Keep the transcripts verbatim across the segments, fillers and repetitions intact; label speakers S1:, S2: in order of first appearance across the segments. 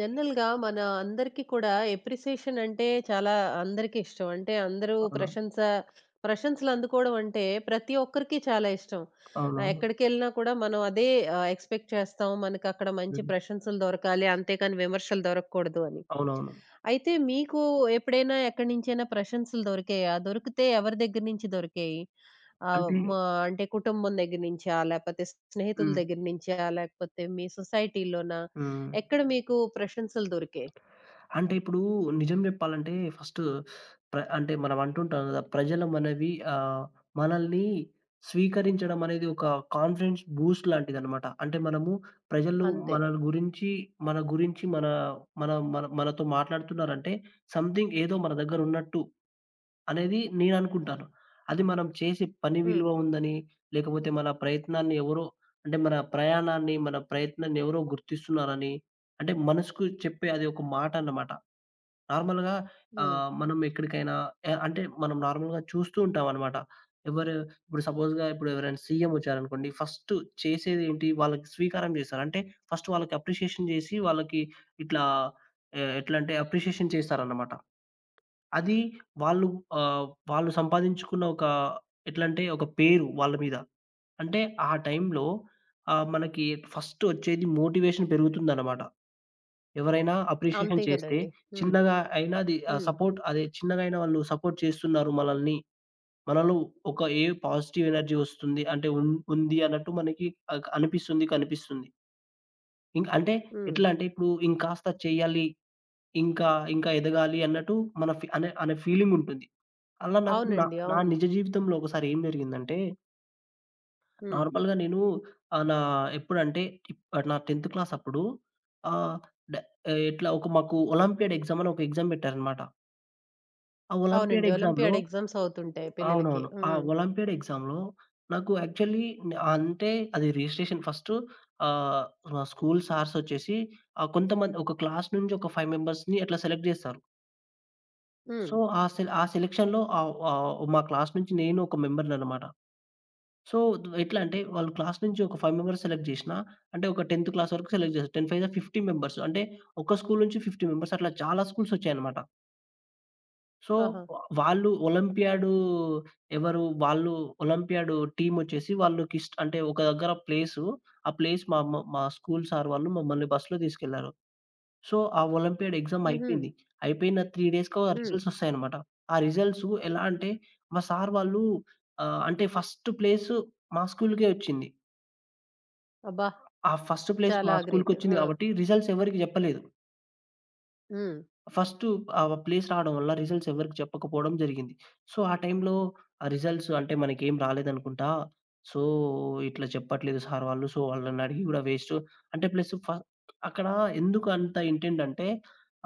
S1: జనరల్‌గా మన అందరికీ కూడా ఎప్రిసియేషన్ అంటే చాలా అందరికీ ఇష్టం. అంటే అందరూ
S2: అవును.
S1: ప్రశంస ప్రశంసలు అందుకోవడం అంటే ప్రతి ఒక్కరికి చాలా ఇష్టం. ఆహ్,
S2: అవునవును.
S1: ఎక్కడికెళ్ళినా కూడా మనం అదే ఆహ్, ఎక్స్‌పెక్ట్ చేస్తాం. మనకక్కడ మంచి
S2: హ్మ్.
S1: ప్రశంసలు దొరకాలి. అంతేకాని విమర్శలు దొరకకూడదు అని.
S2: అవునవును.
S1: అయితే మీకు ఎప్పుడైనా ఎక్కడి నుంచైనా ప్రశంసలు దొరికాయా? దొరికితే ఎవరి దగ్గర నుంచి దొరికాయి? ఆహ్,
S2: అంటే
S1: మా అంటే కుటుంబం దగ్గర నుంచా? లేపోతే స్నేహితుల
S2: హ్మ్.
S1: దగ్గర నుంచా? లేకపోతే మీ సొసైటీలోనా?
S2: హ్మ్.
S1: ఎక్కడ మీకు ప్రశంసలు దొరికాయి?
S2: అంటే ఇప్పుడు నిజం జెప్పాలంటే ఫస్ట్ ప్ర అంటే మనం అంటుంటాం గదా! ప్రజలు మనవి ఆహ్, మనల్ని స్వీకరించడం అనేది ఒక కాన్ఫిడెన్స్ బూస్ట్ లాంటిదనమాట. అంటే మనము ప్రజలు
S1: అంతే.
S2: మన గురించి మన గురించి మన మన మన మనతో మాట్లాడుతున్నారంటే సంథింగ్ ఏదో మన దగ్గర ఉన్నట్టు అనేది నేననుకుంటాను. అది మనం చేసే పని
S1: హ్మ్.
S2: విలువ ఉందని, లేకపోతే మన ప్రయత్నాన్ని ఎవరో అంటే మన ప్రయాణాన్ని, మన ప్రయత్నాన్ని ఎవరో గుర్తిస్తున్నారని, అంటే మనసుకు చెప్పే అది ఒక మాట అన్నమాట. నార్మల్‌గా
S1: హ్మ్.
S2: ఆహ్, మనం ఎక్కడికైనా ఎ అంటే మనం నార్మల్‌గా చూస్తూ ఉంటామనమాట. ఎవరు ఇప్పుడు సపోజ్‌గా ఇప్పుడు ఎవరైనా సీఎం వచ్చారనుకోండి, ఫస్ట్ చేసేదేంటి వాళ్ళకి స్వీకారం చేస్తారు. అంటే ఫస్ట్ వాళ్ళకి అప్రిషియేషన్ చేసి వాళ్ళకి ఇట్లా ఎ ఎట్లంటే అప్రిషియేషన్ చేస్తారన్నమాట. అది వాళ్ళు ఆహ్, వాళ్ళు సంపాదించుకున్న ఒక ఎట్లంటే ఒక పేరు వాళ్ళ మీద. అంటే ఆ టైంలో ఆహ్, మనకి ఫస్ట్ వచ్చేది మోటివేషన్ పెరుగుతుందనమాట. ఎవరైనా
S1: అంతే
S2: అప్రిషియేషన్ చేస్తే
S1: గదండీ. హ్మ్.
S2: చిన్నగా అయినా అది ఆహ్,
S1: హ్మ్.
S2: సపోర్ట్ అదే చిన్నగా అయినా వాళ్ళు సపోర్ట్ చేస్తున్నారు మనల్ని. మనలో ఒక ఏ పాజిటివ్ ఎనర్జీ వస్తుంది అంటే ఉన్ ఉంది అన్నట్టు మనకి ఆహ్, అనిపిస్తుంది, కనిపిస్తుంది. ఇంక అంటే
S1: హ్మ్.
S2: ఎట్లా అంటే ఇప్పుడు ఇంకాస్త చేయాలి, ఇంకా ఇంకా ఎదగాలి అన్నట్టు మన ఫీ అనే అనే ఫీలింగుంటుంది. అలా నాకు నా,
S1: అవునండి.
S2: నా
S1: అవును.
S2: నిజ జీవితంలో ఒకసారి ఏం జరిగిందంటే,
S1: హ్మ్.
S2: నార్మల్‌గా నేను ఆహ్, నా ఎప్పుడంటే ఇప్ నా టెన్త్ క్లాస్ అప్పుడు ఆహ్, డ ఆహ్, ఇట్లా ఒక మాకు ఒలింపియాడ్ ఎగ్జామ్ అని ఒక ఎగ్జామ్ పెట్టారనమాట. ఆ ఒలింపియాడ్
S1: అవునండి.
S2: ఎగ్జామ్‌లో
S1: ఒలింపియాడ్ ఎగ్జామ్స్ అవుతుంటాయి పిల్లలకి.
S2: అవునవును. ఆ
S1: హ్మ్.
S2: ఒలింపియాడ్ ఎగ్జామ్‌లో నాకు యాక్చువల్లీ అంటే అది రిజిస్ట్రేషన్ ఫస్టు ఆహ్, మా స్కూల్ సార్స్ వచ్చేసి ఆహ్, కొంతమంది ఒక క్లాస్ నుంచి ఒక ఐదు మెంబర్స్‌ని అట్లా సెలెక్ట్ చేస్తారు.
S1: హ్మ్.
S2: సో, ఆ సె ఆ సెలక్షన్‌లో ఆహ్, ఆహ్, మా క్లాస్ నుంచి నేను ఒక మెంబర్‌ననమాట. సో, ఎట్లా అంటే వాళ్ళు క్లాస్ నుంచి ఒక ఐదు మెంబర్స్ సెలెక్ట్ జేసినా, అంటే ఒక టెన్త్ క్లాస్ వరకు సెలెక్ట్ చేసారు. పది, ఐదు యాభై మెంబర్స్. అంటే ఒక స్కూల్ నుంచి యాభై మెంబర్స్ అట్లా చాలా స్కూల్స్ వచ్చాయన్నమాట. సో,
S1: ఆహా!
S2: వ వాళ్ళు ఒలింపియాడ్ ఎవరు వాళ్ళు ఒలింపియాడ్ టీమొచ్చేసి వాళ్ళకి ఇష్ట అంటే ఒక దగ్గర ప్లేసు, ఆ ప్లేస్ మా మా మా స్కూల్ సార్ వాళ్ళు మమ్మల్ని బస్‌లో తీసుకెళ్లారు. సో, ఆ ఒలింపియాడ్ ఎగ్జామ్
S1: హుహు.
S2: అయిపోయింది. అయిపోయిన మూడు డేస్‌కో ఆ
S1: హ్మ్.
S2: రిజల్ట్స్ వస్తాయన్నమాట. ఆ రిజల్ట్స్ ఎలా అంటే మా సార్ వాళ్ళు ఆహ్, అంటే ఫస్ట్ ప్లేసు మా స్కూలుకే వచ్చింది.
S1: అబ్బా!
S2: ఆ ఫస్ట్ ప్లేస్
S1: చాలా
S2: మా
S1: గ్రేట్.
S2: స్కూల్‌కొచ్చింది
S1: ఆ!
S2: గాబట్టి రిజల్ట్స్ ఎవరికీ జెప్పలేదు.
S1: హ్మ్.
S2: ఫస్టు ఆ ప్లేస్ రావడం వల్ల రిజల్ట్స్ ఎవరికీ చెప్పకపోవడం జరిగింది. సో, ఆ టైంలో ఆ రిజల్ట్స్ అంటే మనకేం రాలేదనుకుంటా. సో, ఇట్లా చెప్పట్లేదు సార్ వాళ్ళు. సో, వాళ్ళనడిగి గూడా వేస్టు. అంటే ప్లస్ ఫ అక్కడ ఎందుకు అంత ఇంటెంట్ అంటే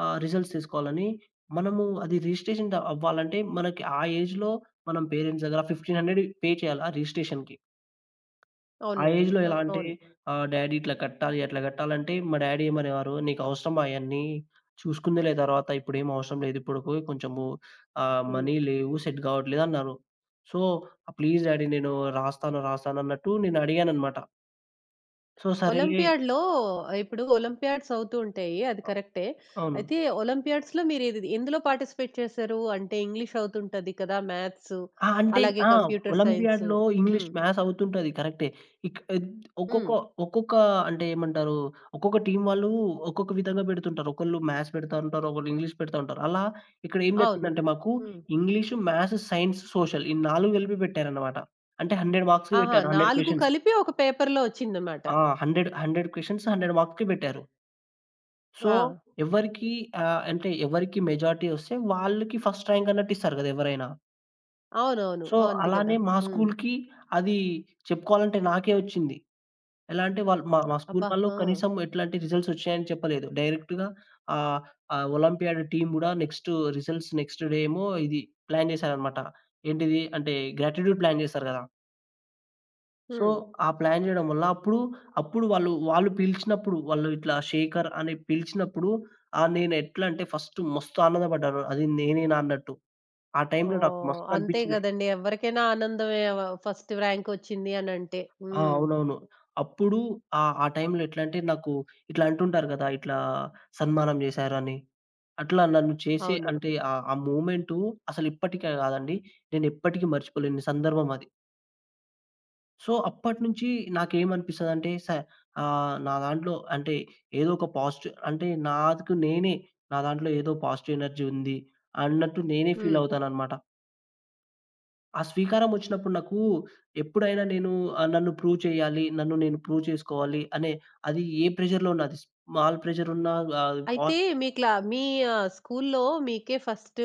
S2: ఆహ్, రిజల్ట్స్ తీసుకోవాలని మనము అది రిజిస్ట్రేషన్ ద అవ్వాలంటే మనకి ఆ ఏజ్‌లో మనం పేరెంట్స్ దగ్గర వెయ్యి ఐదు వందలు పే చేయాలి ఆ రిజిస్ట్రేషన్‌కి. ఆ
S1: అవునండి.
S2: ఏజ్‌లో ఎలా అంటే
S1: అవును.
S2: ఆహ్, డాడీ ఇట్లా కట్టాలి, అట్లా కట్టాలంటే మా డాడీ ఏమనేవారు, "నీకవసరమా అయన్నీ? చూసుకుందులే తర్వాత. ఇప్పుడేం అవసరం లేదు. ఇప్పుడు పోయి కొంచెము ఆహ్,
S1: హ్మ్.
S2: మనీ లేవు. సెట్ గావట్లేదు" అన్నారు. సో, "ప్లీజ్ డాడీ నేను రాస్తాను, రాస్తాను" అన్నట్టు నేను అడిగాననమాట. సో, సరేలే
S1: ఒలింపియాడ్‌లో ఇప్పుడు ఒలింపియాడ్స్ అవుతూ ఉంటాయి. అది కరెక్టే.
S2: అవును.
S1: అయితే ఒలింపియాడ్స్‌లో మీరు ఇది ఎందులో పార్టిసిపేట్ చేశారు? అంటే ఇంగ్లీష్ అవుతుంటది కదా! మ్యాథ్స్
S2: ఆ! అంటే
S1: అలాగే
S2: ఆ!
S1: Computer science.
S2: ఒలింపియాడ్‌లో ఇంగ్లీష్,
S1: హ్మ్.
S2: మ్యాథ్స్ అవుతుంటది కరెక్టే. ఇక్ ఎద్ ఒక్కొక్క
S1: హ్మ్.
S2: ఒక్కొక్క అంటే ఏమంటారు? ఒక్కొక్క టీమ్ వాళ్ళు ఒక్కొక్క విధంగా పెడుతుంటారు. ఒకళ్ళు మ్యాథ్స్ పెడతా ఉంటారు. ఒకళ్ళు ఇంగ్లీష్ పెడతా ఉంటారు. అలా ఇక్కడ ఏం
S1: అవును.
S2: జరిగిందంటే మాకు
S1: హ్మ్.
S2: ఇంగ్లీష్, మ్యాథ్స్, సైన్స్, సోషల్ ఈ నాలుగు కలిపి పెట్టారన్నమాట. అంటే వంద మార్క్స్‌కి
S1: ఆహా!
S2: పెట్టారు. వంద
S1: నాలుగు
S2: క్వెషన్స్.
S1: కలిపి ఒక పేపర్‌లో వచ్చిందన్నమాట.
S2: ఆ! వంద, వంద క్వెషన్స్ వంద మార్క్స్‌కి పెట్టారు. సో,
S1: ఆ!
S2: ఎవరికి ఆహ్, అంటే ఎవరికి మెజారిటీ వస్తే వాళ్ళకి ఫస్ట్ ర్యాంక్ అన్నట్టు ఇస్తారు కదా! ఎవరైనా.
S1: అవునవును.
S2: సో,
S1: అంతే కదా!
S2: అలానే మా
S1: హ్మ్.
S2: స్కూల్‌కి అది చెప్పుకోవాలంటే నాకే వచ్చింది. ఎలా అంటే వాళ్ళు మా మా స్కూల్
S1: అబ్బా!
S2: వాళ్ళు
S1: ఆ!
S2: కనీసం ఎట్లాంటి రిజల్ట్స్ వచ్చాయని చెప్పలేదు. డైరెక్ట్‌గా ఆహ్, ఆ ఒలింపియాడ్ టీమ్ గూడా నెక్స్ట్ రిజల్ట్స్ నెక్స్ట్ డే ఏమో ఇది ప్లాన్ చేశారనమాట. ఏంటిది అంటే గ్రాటిట్యూడ్ ప్లాన్ చేశారు గదా! సో,
S1: హ్మ్.
S2: ఆ ప్లాన్ జేయడం వల్ల అప్పుడు, అప్పుడు వాళ్ళు, వాళ్ళు పిలిచినప్పుడు వాళ్ళు ఇట్లా శేఖర్ అని పిలిచినప్పుడు ఆహ్, నేను ఎట్లా అంటే ఫస్ట్ మస్తు ఆనందపడ్డాను. అది నేనేనా అన్నట్టు. ఆ టైంలో నాకు
S1: ఓహ్!
S2: మస్తు
S1: అంతే
S2: అనిపించింది.
S1: కదండీ. ఎవరికైనా ఆనందమే వ ఫస్ట్ ర్యాంక్ వచ్చింది అనంటే.
S2: ఆ!
S1: హ్మ్.
S2: అవునవును. అప్పుడు ఆహ్, ఆ టైంలో ఎట్లా అంటే నాకు ఇట్లా అంటుంటారు గదా! ఇట్లా సన్మానం జేశారని. అట్లా నన్ను చేసి
S1: అవును.
S2: అంటే ఆహ్, ఆ మూమెంటు అసలు ఇప్పటికే గాదండి. నేనెప్పటికీ మర్చిపోలేని సందర్భం అది. సో, అప్పటినుంచి నాకేమనిపిస్తదంటే స ఆహ్, నా దాంట్లో అంటే ఏదో ఒక పాజిటివ్ అంటే నాకు నేనే నా దాంట్లో ఏదో పాజిటివ్ ఎనర్జీ ఉంది అన్నట్టు నేనే ఫీల్
S1: హ్మ్.
S2: అవుతాననమాట. ఆ స్వీకారమొచ్చినప్పుడు నాకు ఎప్పుడైనా నేను ఆహ్, నన్ను ప్రూవ్ చేయాలి. నన్ను నేను ప్రూవ్ చేసుకోవాలి అనే అది ఏ ప్రెషర్‌లో ఉన్నది. స్మాల్ ప్రెషరున్నా ఆహ్,
S1: అయితే
S2: పాస్
S1: మీ క్లా మీ ఆహ్, స్కూల్లో మీకే ఫస్ట్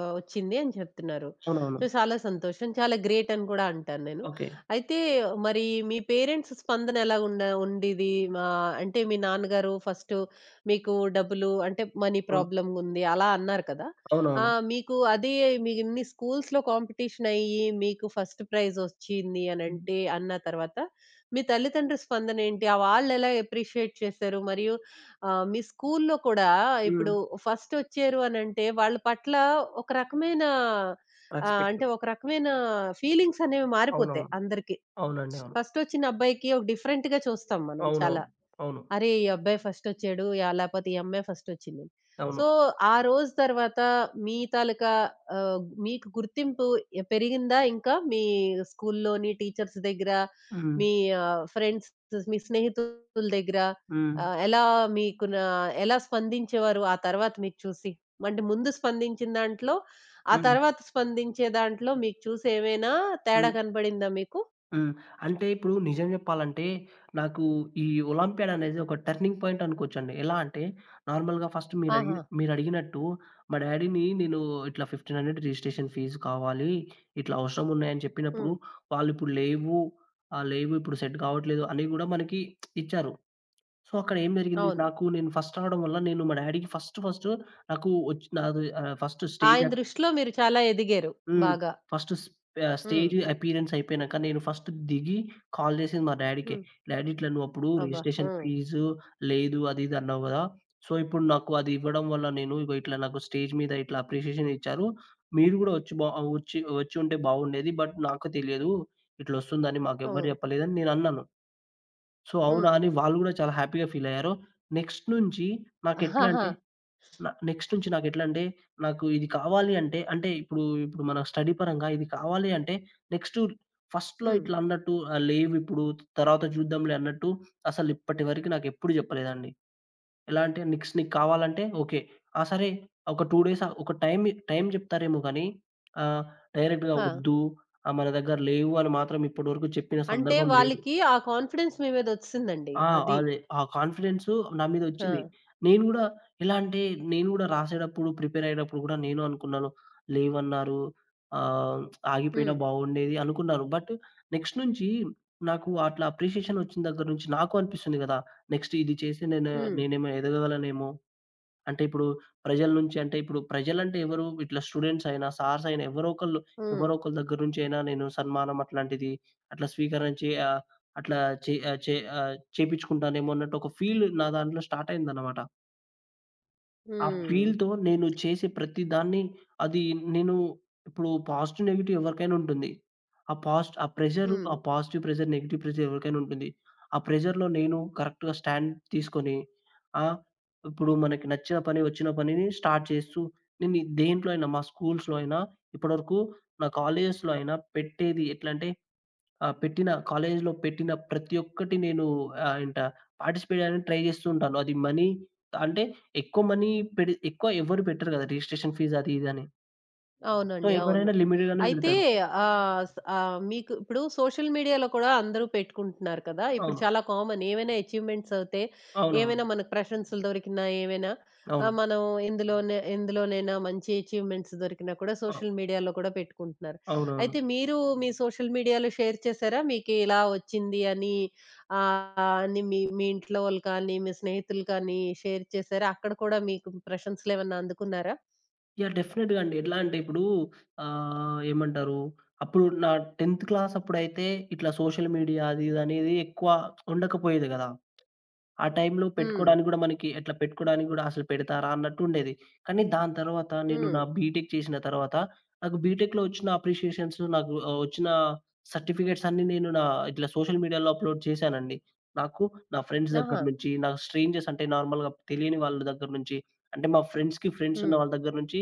S1: ఆహ్, వచ్చింది అని చెప్తున్నారు.
S2: అవునవును.
S1: సో, చాలా సంతోషం. చాలా గ్రేట్ అని కూడా అంటాను నేను.
S2: ఓకే.
S1: అయితే మరి మీ పేరెంట్స్ స్పందన ఎలా ఉండ ఉండేది? మా అంటే మీ నాన్నగారు ఫస్ట్ మీకు డబ్బులు అంటే మనీ
S2: అవును.
S1: ప్రాబ్లమ్ ఉంది అలా అన్నారు కదా! ఆ!
S2: అవునవును.
S1: మీకు అదే మీ ఇన్ని స్కూల్స్‌లో కాంపిటీషన్ అయ్యి మీకు ఫస్ట్ ప్రైజ్ వచ్చింది అనంటే అన్న తర్వాత మీ తల్లిదండ్రుల స్పందన ఏంటి? ఆ వాళ్ళెలా అప్రిషియేట్ చేశారు? మరియు ఆ! మీ స్కూల్లో కూడా ఇప్పుడు
S2: హ్మ్.
S1: ఫస్ట్ వచ్చారు అనంటే వాళ్ళ పట్ల ఒక రకమైన ఆహ్,
S2: రెస్పెక్ట్.
S1: అంటే ఒక రకమైన ఫీలింగ్స్ అనేవి మారిపోతాయి
S2: అవునవును.
S1: అందరికి.
S2: అవునండి. అవును.
S1: ఫస్ట్ వచ్చిన అబ్బాయికి ఒక డిఫరెంట్‌గా చూస్తాం మనం
S2: అవునవును.
S1: చాలా.
S2: అవును.
S1: అరే! ఈ అబ్బాయి ఫస్టొచ్చాడు. యాహ్! లేపోతే ఈ అమ్మాయి ఫస్టొచ్చిందని.
S2: అవును.
S1: సో, ఆ రోజు తర్వాత మీ తాలూకా ఆహ్, మీకు గుర్తింపు ఎ పెరిగిందా ఇంకా? మీ స్కూల్లోని టీచర్స్ దగ్గర,
S2: హ్మ్.
S1: మీ ఆహ్, ఫ్రెండ్స్, మీ స్నేహితుల దగ్గర
S2: హ్మ్.
S1: ఆహ్, ఎలా మీకు నా ఎలా స్పందించేవారు ఆ తర్వాత మీకు చూసి? అంటే ముందు స్పందించిన దాంట్లో, ఆ
S2: హ్మ్.
S1: తర్వాత స్పందించే దాంట్లో మీకు చూసి ఏమైనా తేడా
S2: హ్మ్.
S1: కనపడిందా మీకు?
S2: హ్మ్. అంటే ఇప్పుడు నిజం జెప్పాలంటే, నాకు ఈ ఒలింపియాడ్ అనేది ఒక టర్నింగ్ పాయింట్ అనుకోవచ్చండి. ఎలా అంటే, నార్మల్‌గా ఫస్ట్
S1: ఆహా!
S2: మీరడిగిన మీరడిగినట్టు మా డ్యాడీని నేను ఇట్లా వెయ్యి ఐదు వందలు రిజిస్ట్రేషన్ ఫీజు కావాలి. ఇట్లా అవసరం ఉన్నాయని చెప్పినప్పుడు,
S1: హ్మ్.
S2: వాళ్ళిప్పుడు లేవు. ఆహ్, లేవు ఇప్పుడు సెట్ గావట్లేదు అని గూడా మనకి ఇచ్చారు. సో, అక్కడ ఏం జరిగింది
S1: అవును.
S2: నాకు నేను ఫస్ట్ రావడం వల్ల నేను మా డ్యాడీకి ఫస్ట్ ఫస్ట్ నాకు ఒచ్ నాది ఆహ్, ఫస్ట్ స్టేజ్
S1: ఆయన దృష్టిలో మీరు చాలా ఎదిగారు
S2: హ్మ్.
S1: బాగా.
S2: ఫస్ట్ స్ ఆహ్,
S1: హ్మ్.
S2: స్టేజ్ అపియరెన్స్ అయిపోయినాక నేను ఫస్ట్ దిగి కాల్ జేసింది మా డ్యాడీకే.
S1: హ్మ్.
S2: డ్యాడీ ఇట్లా నువ్వప్పుడు
S1: అబ్బా!
S2: రిజిస్ట్రేషన్
S1: హ్మ్.
S2: ఫీజు లేదు అది ఇది అన్నావు గదా! సో, ఇప్పుడు నాకు అది ఇవ్వడం వల్ల నేను ఇగో ఇట్లా నాకు స్టేజ్ మీద ఇట్లా అప్రిషియేషన్ ఇచ్చారు. మీరు గూడా వచ్చి బా ఆహ్, వచ్చి వచ్చి ఉంటే బాగుండేది. బట్ నాకు తెలియదు. ఇట్లొస్తుందని మాకెవ్వరు
S1: హ్మ్.
S2: జెప్పలేదని నేనన్నాను. సో, అవునా!
S1: హ్మ్.
S2: అని వాళ్ళు గూడా చాలా హ్యాపీగా ఫీలయ్యారు. నెక్స్ట్ నుంచి నాకెట్లా
S1: ఆహాహా!
S2: అంటే న నెక్స్ట్ నుంచి నాకెట్లంటే, నాకు ఇది కావాలి అంటే, అంటే ఇప్పుడు, ఇప్పుడు మన స్టడీ పరంగా ఇది కావాలి అంటే, నెక్స్ట్ ఫస్ట్‌లో
S1: హ్మ్.
S2: ఇట్లా అన్నట్టు ఆహ్, లేవిప్పుడు తర్వాత చూద్దాంలే అన్నట్టు అసలిప్పటి వరకు నాకెప్పుడు చెప్పలేదండి. ఎలా అంటే నెక్స్ట్ నీకు కావాలంటే ఓకే. ఆ! సరే ఒక రెండు డేస్ ఒక టైమ్, టైమ్ చెప్తారేమో గానీ ఆహ్, డైరెక్ట్‌గా
S1: ఆ!
S2: వద్దు, ఆహ్, మన దగ్గర లేవు అని మాత్రం ఇప్పటి వరకు చెప్పిన
S1: అంటే
S2: సందర్భం లేదు.
S1: వాళ్ళకి ఆ కాన్ఫిడెన్స్ మీ మీద ఒచ్చేసిందండి.
S2: ఆ!
S1: అది.
S2: అదే. ఆ కాన్ఫిడెన్సు నా మీదొచ్చింది.
S1: ఆ!
S2: నేను గూడా ఎలా అంటే, నేను గూడా రాసేటప్పుడు, ప్రిపేర్ అయ్యేటప్పుడు గూడా నేను అనుకున్నాను. లేవన్నారు. ఆహ్, ఆగిపోయినా
S1: హ్మ్.
S2: బాగుండేది అనుకున్నాను. బట్ నెక్స్ట్ నుంచి నాకు అట్లా అప్రిషియేషన్ ఒచ్చిన దగ్గర నుంచి నాకు అనిపిస్తుంది గదా! నెక్స్ట్ ఇది చేసి నేను
S1: హ్మ్.
S2: నేనేమో ఎదగగలనేమో! అంటే ఇప్పుడు ప్రజల నుంచి అంటే ఇప్పుడు ప్రజలంటే ఎవరు? ఇట్లా స్టూడెంట్స్ అయినా, సార్స్ అయినా ఎవరో ఒకళ్ళు,
S1: హ్మ్.
S2: ఎవరో ఒకళ్ళ దగ్గర నుంచి అయినా నేను సన్మానం అట్లాంటిది అట్లా స్వీకరించి ఆహ్, అట్లా చే ఆహ్, చే ఆహ్, చేపించుకుంటానేమో అన్నట్టు ఒక ఫీల్ నా దాంట్లో స్టార్ట్ అయిందన్నమాట. ఆ
S1: హ్మ్.
S2: ఫీల్‌తో నేను చేసే ప్రతి దాన్ని అది నేను ఇప్పుడు పాజిటివ్, నెగెటివ్ ఎవరికైనా ఉంటుంది. ఆ పాస్ట్ ఆ ప్రెషరు
S1: హ్మ్.
S2: ఆ పాజిటివ్ ప్రెషర్, నెగెటివ్ ప్రెషర్ ఎవరికైనా ఉంటుంది. ఆ ప్రెషర్‌లో నేను కరెక్ట్‌గా స్టాండ్ తీసుకొని ఆహ్, ఇప్పుడు మనకి నచ్చిన పని, వచ్చిన పనిని స్టార్ట్ చేస్తూ నేను దేంట్లో అయినా మా స్కూల్స్‌లో అయినా ఇప్పటివరకు నా కాలేజెస్‌లో అయినా పెట్టేది ఎట్లంటే ఆ! పెట్టిన కాలేజ్‌లో పెట్టిన ప్రతి ఒక్కటి నేను ఆహ్, ఏంట పార్టిసిపేట్ అవ్వడానికి ట్రై చేస్తూ ఉంటాను. అది మనీ అంటే ఎక్కువ మనీ పెడి ఎక్కువ ఎవ్వరు పెట్టరు కదా! రిజిస్ట్రేషన్ ఫీజ్ అది ఇది అని. సో,
S1: అవునండి. అవును.
S2: ఎవరైనా లిమిటెడ్‌గానే
S1: అయితే
S2: పెడతారు.
S1: ఆహ్, స్ ఆహ్, మీకు ఇప్పుడు సోషల్ మీడియాలో కూడా అందరూ పెట్టుకుంటున్నారు కదా! ఇప్పుడు
S2: అవును.
S1: చాలా కామన్. ఏవైనా అచీవ్‌మెంట్స్ అవుతే,
S2: అవునవును.
S1: ఏవైనా మనకు ప్రశంసలు దొరికినా, ఏవైనా
S2: అవును.
S1: ఆహ్, మనం ఇందులోనే ఎందులోనైనా మంచి అచీవ్‌మెంట్స్ దొరికినా కూడా
S2: అవు
S1: సోషల్ మీడియాలో కూడా పెట్టుకుంటున్నారు.
S2: అవునవును.
S1: అయితే మీరు మీ సోషల్ మీడియాలో షేర్ చేశారా? మీకు ఇలా వచ్చింది అని ఆహ్, అని మీ మీ ఇంట్లో వాళ్ళు కానీ, మీ స్నేహితులు కానీ షేర్ చేశారా? అక్కడ కూడా మీకు ప్రశంసలేమన్నా అందుకున్నారా?
S2: యాహ్! డెఫినెట్‌గా అండి. ఎట్లా అంటే ఇప్పుడు ఆహ్, ఏమంటారు అప్పుడు నా టెన్త్ క్లాస్ అప్పుడైతే ఇట్లా సోషల్ మీడియా అది ఇది అనేది ఎక్కువ ఉండకపోయేది కదా! ఆ టైంలో
S1: హ్మ్.
S2: పెట్టుకోడానికి గూడా మనకి అట్లా పెట్టుకోడానికి గూడా అసలు పెడతారా అన్నట్టుండేది. కానీ దాని తర్వాత నేను
S1: హ్మ్.
S2: నా బీటెక్ చేసిన తర్వాత నాకు బీటెక్‌లో వచ్చిన అప్రిషియేషన్స్ నాకు ఆహ్, వచ్చిన సర్టిఫికేట్స్ అన్నీ నేను నా ఇట్లా సోషల్ మీడియాలో అప్‌లోడ్ చేశానండి. నాకు నా ఫ్రెండ్స్ దగ్గర
S1: ఆహా!
S2: నుంచి, నాకు స్ట్రేంజర్స్ అంటే నార్మల్‌గా తెలియని వాళ్ళ దగ్గర నుంచి, అంటే మా ఫ్రెండ్స్‌కి ఫ్రెండ్స్ ఉన్న
S1: హ్మ్.
S2: వాళ్ళ దగ్గర నుంచి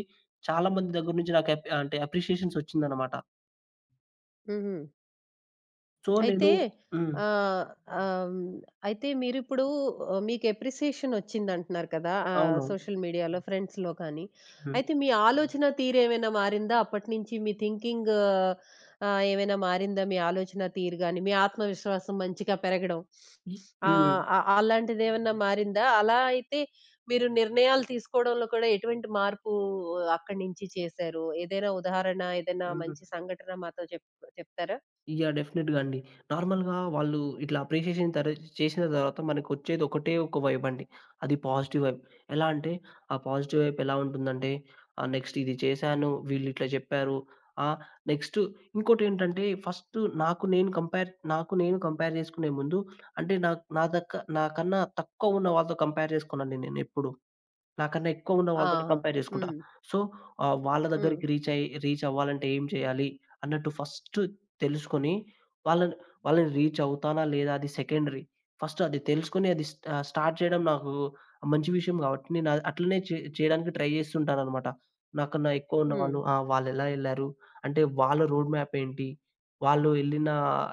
S2: చాలా మంది దగ్గర నుంచి నాకు అప్ అంటే అప్రిషియేషన్స్ వచ్చిందనమాట.
S1: హుహు.
S2: సో
S1: అయితే
S2: నేను హ్మ్.
S1: ఆహ్, ఆహ్, హ్మ్. అయితే మీరిప్పుడు ఆహ్, మీకు అప్రిసియేషన్ వచ్చిందంటున్నారు కదా! ఆహ్,
S2: అవునవును.
S1: సోషల్ మీడియాలో, ఫ్రెండ్స్‌లో కానీ.
S2: హ్మ్.
S1: అయితే మీ ఆలోచన తీరేమైనా మారిందా? అప్పటి నుంచి మీ థింకింగ్ ఆహ్, ఏమైనా మారిందా? మీ ఆలోచన తీరు గాని, మీ ఆత్మవిశ్వాసం మంచిగా పెరగడం
S2: హ్మ్.
S1: ఆహ్, అ అలాంటిదేమన్నా మారిందా? అలా అయితే మీరు నిర్ణయాలు తీసుకోవడంలో కూడా ఎటువంటి మార్పు అక్కడి నుంచి చేశారు? ఏదైనా ఉదాహరణ, ఏదైనా
S2: హ్మ్.
S1: మంచి సంఘటన మాతో చెప్ చెప్తారా?
S2: యాహ్! డెఫినెట్‌గా అండి. నార్మల్‌గా వాళ్ళు ఇట్లా అప్రిషియేషన్ తర చేసిన తర్వాత మనకొచ్చేది ఒకటే ఒక వైబ్ అండి. అది పాజిటివ్ వైబ్. ఎలా అంటే, ఆ పాజిటివ్ వైబ్ ఎలా ఉంటుందంటే, ఆహ్, నెక్స్ట్ ఇది చేశాను, వీళ్ళిట్లా చెప్పారు. ఆహ్, నెక్స్ట్ ఇంకోటేంటంటే, ఫస్ట్ నాకు నేను కంపేర్ నాకు నేను కంపేర్ చేసుకునే ముందు అంటే, నా నా దక్క నాకన్నా తక్కువ ఉన్న వాళ్ళతో కంపేర్ చేసుకోనండి నేనెప్పుడు. నాకన్నా ఎక్కువున్న
S1: ఆ!
S2: వాళ్ళతోనే కంపేర్ జేసుకుంటా.
S1: హ్మ్.
S2: సో, ఆహ్, వాళ్ళ
S1: హ్మ్.
S2: దగ్గరికి రీచ్ అయ్యి రీచ్ అవ్వాలంటే ఏం చేయాలి అన్నట్టు ఫస్ట్ తెలుసుకొని, వాళ్ళని వాళ్ళని రీచ్ అవుతానా లేదా అది సెకండరీ. ఫస్ట్ అది తెలుసుకొని అది స్ ఆహ్, స్టార్ట్ చేయడం నాకు మంచి విషయం గాబట్టి నేను అ అట్లనే చే చేయడానికి ట్రై జేస్తుంటాననమాట. నాకన్నా ఎక్కువ
S1: హ్మ్.
S2: ఉన్నవాళ్ళు ఆ! వాళ్ళెలా ఎళ్లారు? అంటే వాళ్ళ రోడ్ మ్యాప్ ఏంటి? వాళ్ళు ఎళ్ళిన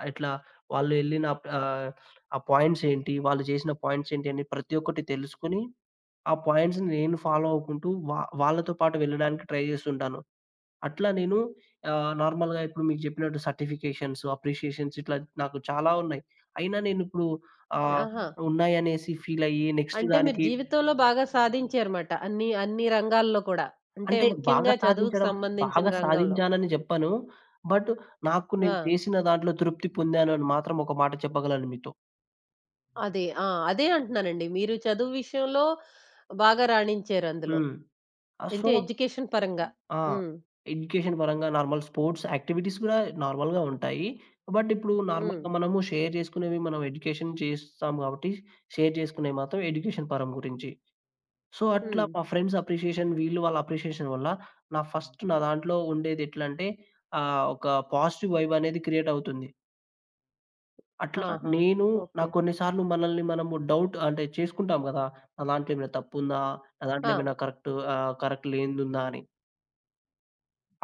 S2: ఎట్లా వాళ్ళు ఎళ్ళిన ఆహ్, ఆ పాయింట్స్ ఏంటి? వాళ్ళు చేసిన పాయింట్స్ ఏంటి? అని ప్రతి ఒక్కటి తెలుసుకొని ఆ పాయింట్స్‌ని నేను ఫాలో అవుకుంటూ వా వాళ్ళతో పాటు వెళ్ళడానికి ట్రై చేస్తుంటాను. అట్లా నేను ఆహ్, నార్మల్‌గా ఇప్పుడు మీకు చెప్పినట్టు సర్టిఫికేషన్స్, అప్రిషియేషన్స్ ఇట్లా నాకు చాలా ఉన్నాయి. అయినా నేనిప్పుడు
S1: హ్మ్.
S2: ఆహ్,
S1: ఆహా!
S2: ఉన్నాయనేసి ఫీల్ అయ్యి నెక్స్ట్
S1: అంటే మీరు
S2: దానికి
S1: జీవితంలో బాగా సాధించారుమాట. అన్ని అన్ని రంగాల్లో కూడా. అంటే
S2: అంటే బాగా
S1: ముఖ్యంగా చదువుకు
S2: సాధించడం
S1: సంబంధించిన
S2: బాగా
S1: రంగంలో.
S2: సాధించానని చెప్పను. బట్ నాకు
S1: ఆ!
S2: నేను చేసిన దాంట్లో తృప్తి పొందాను అని మాత్రం ఒక మాట చెప్పగలను మీతో.
S1: అదే. ఆ! అదే అంటున్నానండి. మీరు చదువు విషయంలో బాగా రాణించారు అందులో.
S2: హ్మ్. ఆహ్,
S1: అంటే
S2: సో
S1: ఎడ్యుకేషన్ పరంగా.
S2: ఆ!
S1: హ్మ్.
S2: ఎడ్యుకేషన్ పరంగా నార్మల్ స్పోర్ట్స్ యాక్టివిటీస్ గూడా నార్మల్‌గా ఉంటాయి. బట్ ఇప్పుడు
S1: హ్మ్.
S2: నార్మల్‌గా మనము షేర్ చేసుకునేవి మనం ఎడ్యుకేషన్ చేస్తాం కాబట్టి, షేర్ చేసుకునేవి మాత్రం ఎడ్యుకేషన్ పరం గురించి. సో, అట్లా
S1: హ్మ్.
S2: మా ఫ్రెండ్స్ అప్రిషియేషన్ వీళ్ళు వాళ్ళ అప్రిషియేషన్ వల్ల నా ఫస్ట్ నా దాంట్లో ఉండేది ఎట్లంటే ఆహ్, ఒక పాజిటివ్ వైబ్ అనేది క్రియేట్ అవుతుంది. అట్లా
S1: ఆహా!
S2: నేను నా
S1: ఓకే.
S2: కొన్ని సార్లు మనల్ని మనము డౌట్ అంటే చేసుకుంటాం గదా! నా దాంట్లో ఏమైనా తప్పుందా? నా
S1: ఆ!
S2: దాంట్లో ఏమైనా కరెక్ట్ ఆహ్, కరెక్ట్ లేనిదుందా అని.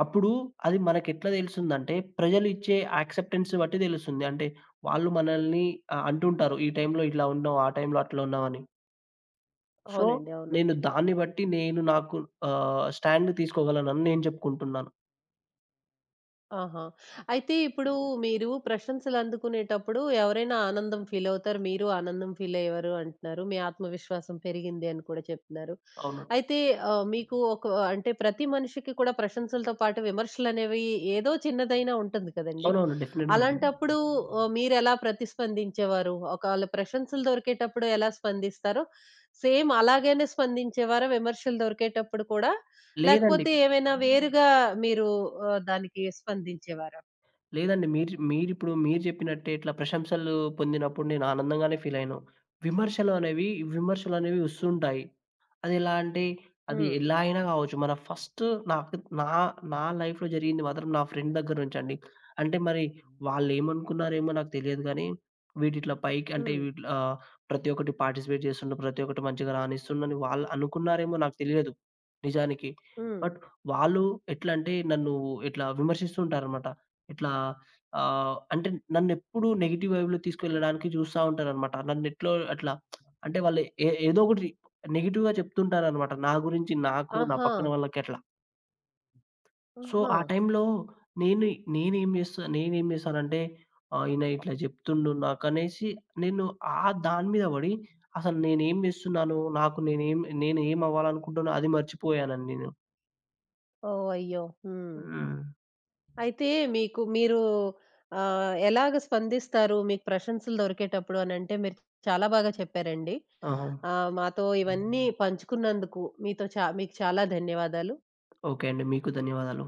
S2: అప్పుడు అది మనకెట్లా తెలుస్తుందంటే, ప్రజలిచ్చే యాక్సెప్టెన్స్ బట్టి తెలుస్తుంది. అంటే వాళ్ళు మనల్ని ఆహ్, అంటుంటారు. ఈ టైంలో ఇట్లా ఉన్నావు, ఆ టైంలో అట్లా ఉన్నావని. సో,
S1: అవునండి. అవును.
S2: నేను దాన్ని బట్టి నేను నాకు ఆహ్, స్టాండ్ తీసుకోగలనని నేను చెప్పుకుంటున్నాను.
S1: ఆహా! అయితే ఇప్పుడు మీరు ప్రశంసలు అందుకునేటప్పుడు ఎవరైనా ఆనందం ఫీలవుతారు. మీరు ఆనందం ఫీలయ్యేవారు అంటున్నారు. మీ ఆత్మవిశ్వాసం పెరిగింది అని కూడా చెప్తున్నారు.
S2: అవును.
S1: అయితే ఆహ్, మీకు ఒక అంటే ప్రతి మనిషికి కూడా ప్రశంసలతో పాటు విమర్శలనేవి ఏదో చిన్నదైనా ఉంటుంది కదండీ!
S2: అవునవును. డెఫినిట్‌గా అండి.
S1: అలాంటప్పుడు ఆహ్, మీరెలా ప్రతిస్పందించేవారు? ఒకాళ ప్రశంసలు దొరికేటప్పుడు ఎలా స్పందిస్తారో, సేమ్ అలాగనే స్పందించేవారా విమర్శలు దొరికేటప్పుడు కూడా?
S2: లేదండి.
S1: లేకపోతే ఏమైనా వేరుగా మీరు ఆహ్, దానికి స్పందించేవారా?
S2: లేదండి. మీరు మీరిప్పుడు మీరు చెప్పినట్టే ఇట్లా ప్రశంసలు పొందినప్పుడు నేను ఆనందంగానే ఫీలయ్యాను. విమర్శలు అనేవి విమర్శలనేవి వస్తుంటాయి. అదెలా అంటే, అది
S1: హ్మ్.
S2: ఎలా అయినా కావచ్చు. మన ఫస్ట్ నాకు నా నా లైఫ్‌లో జరిగింది మాత్రం నా ఫ్రెండ్ దగ్గర నుంచండి. అంటే మరి వాళ్ళేమనుకున్నారేమో నాకు తెలియదు గానీ, వీడిట్లా పైకి అంటే
S1: హ్మ్.
S2: వీటిలో ఆహ్, ప్రతి ఒక్కటి పార్టిసిపేట్ చేస్తుండు. ప్రతి ఒక్కటి మంచిగా రాణిస్తుండని వాళ్ళు అనుకున్నారేమో నాకు తెలియదు నిజానికి.
S1: హ్మ్.
S2: బట్ వాళ్ళు ఎట్లా అంటే నన్ను ఇట్లా విమర్శిస్తుంటారనమాట. ఇట్లా ఆహ్, అంటే నన్నెప్పుడు నెగెటివ్ వైబ్‌లో తీసుకెళ్ళడానికి చూస్తా ఉంటారనమాట. నన్నెట్లో అట్లా అంటే వాళ్ళు ఏ ఏదో ఒకటి నెగెటివ్‌గా చెప్తుంటారనమాట. నా గురించి నాకు, నా
S1: ఆహా!
S2: పక్కన వాళ్ళకి అట్లా. సో,
S1: ఆహా!
S2: ఆ టైంలో నేను నేనేం చేస్తా నేనేం చేశానంటే ఆహ్, ఈయన ఇట్లా చెప్తుండు నాకనేసి నేను ఆ దాని మీద పడి అసలు నేనేం చేస్తున్నాను? నాకు నేనేం నేనేం అవ్వాలనుకుంటున్నానో అది మర్చిపోయానండి నేను.
S1: ఓహ్! అయ్యో! హ్మ్.
S2: హ్మ్.
S1: అయితే మీకు మీరు ఆహ్, ఎలాగ స్పందిస్తారు? మీకు ప్రశంసలు దొరికేటప్పుడు అనంటే మీరు చాలా బాగా చెప్పారండి.
S2: ఆహా!
S1: ఆహ్, మాతో ఇవన్నీ పంచుకున్నందుకు మీతో చా మీకు చాలా ధన్యవాదాలు.
S2: ఓకే అండి. మీకు ధన్యవాదాలు.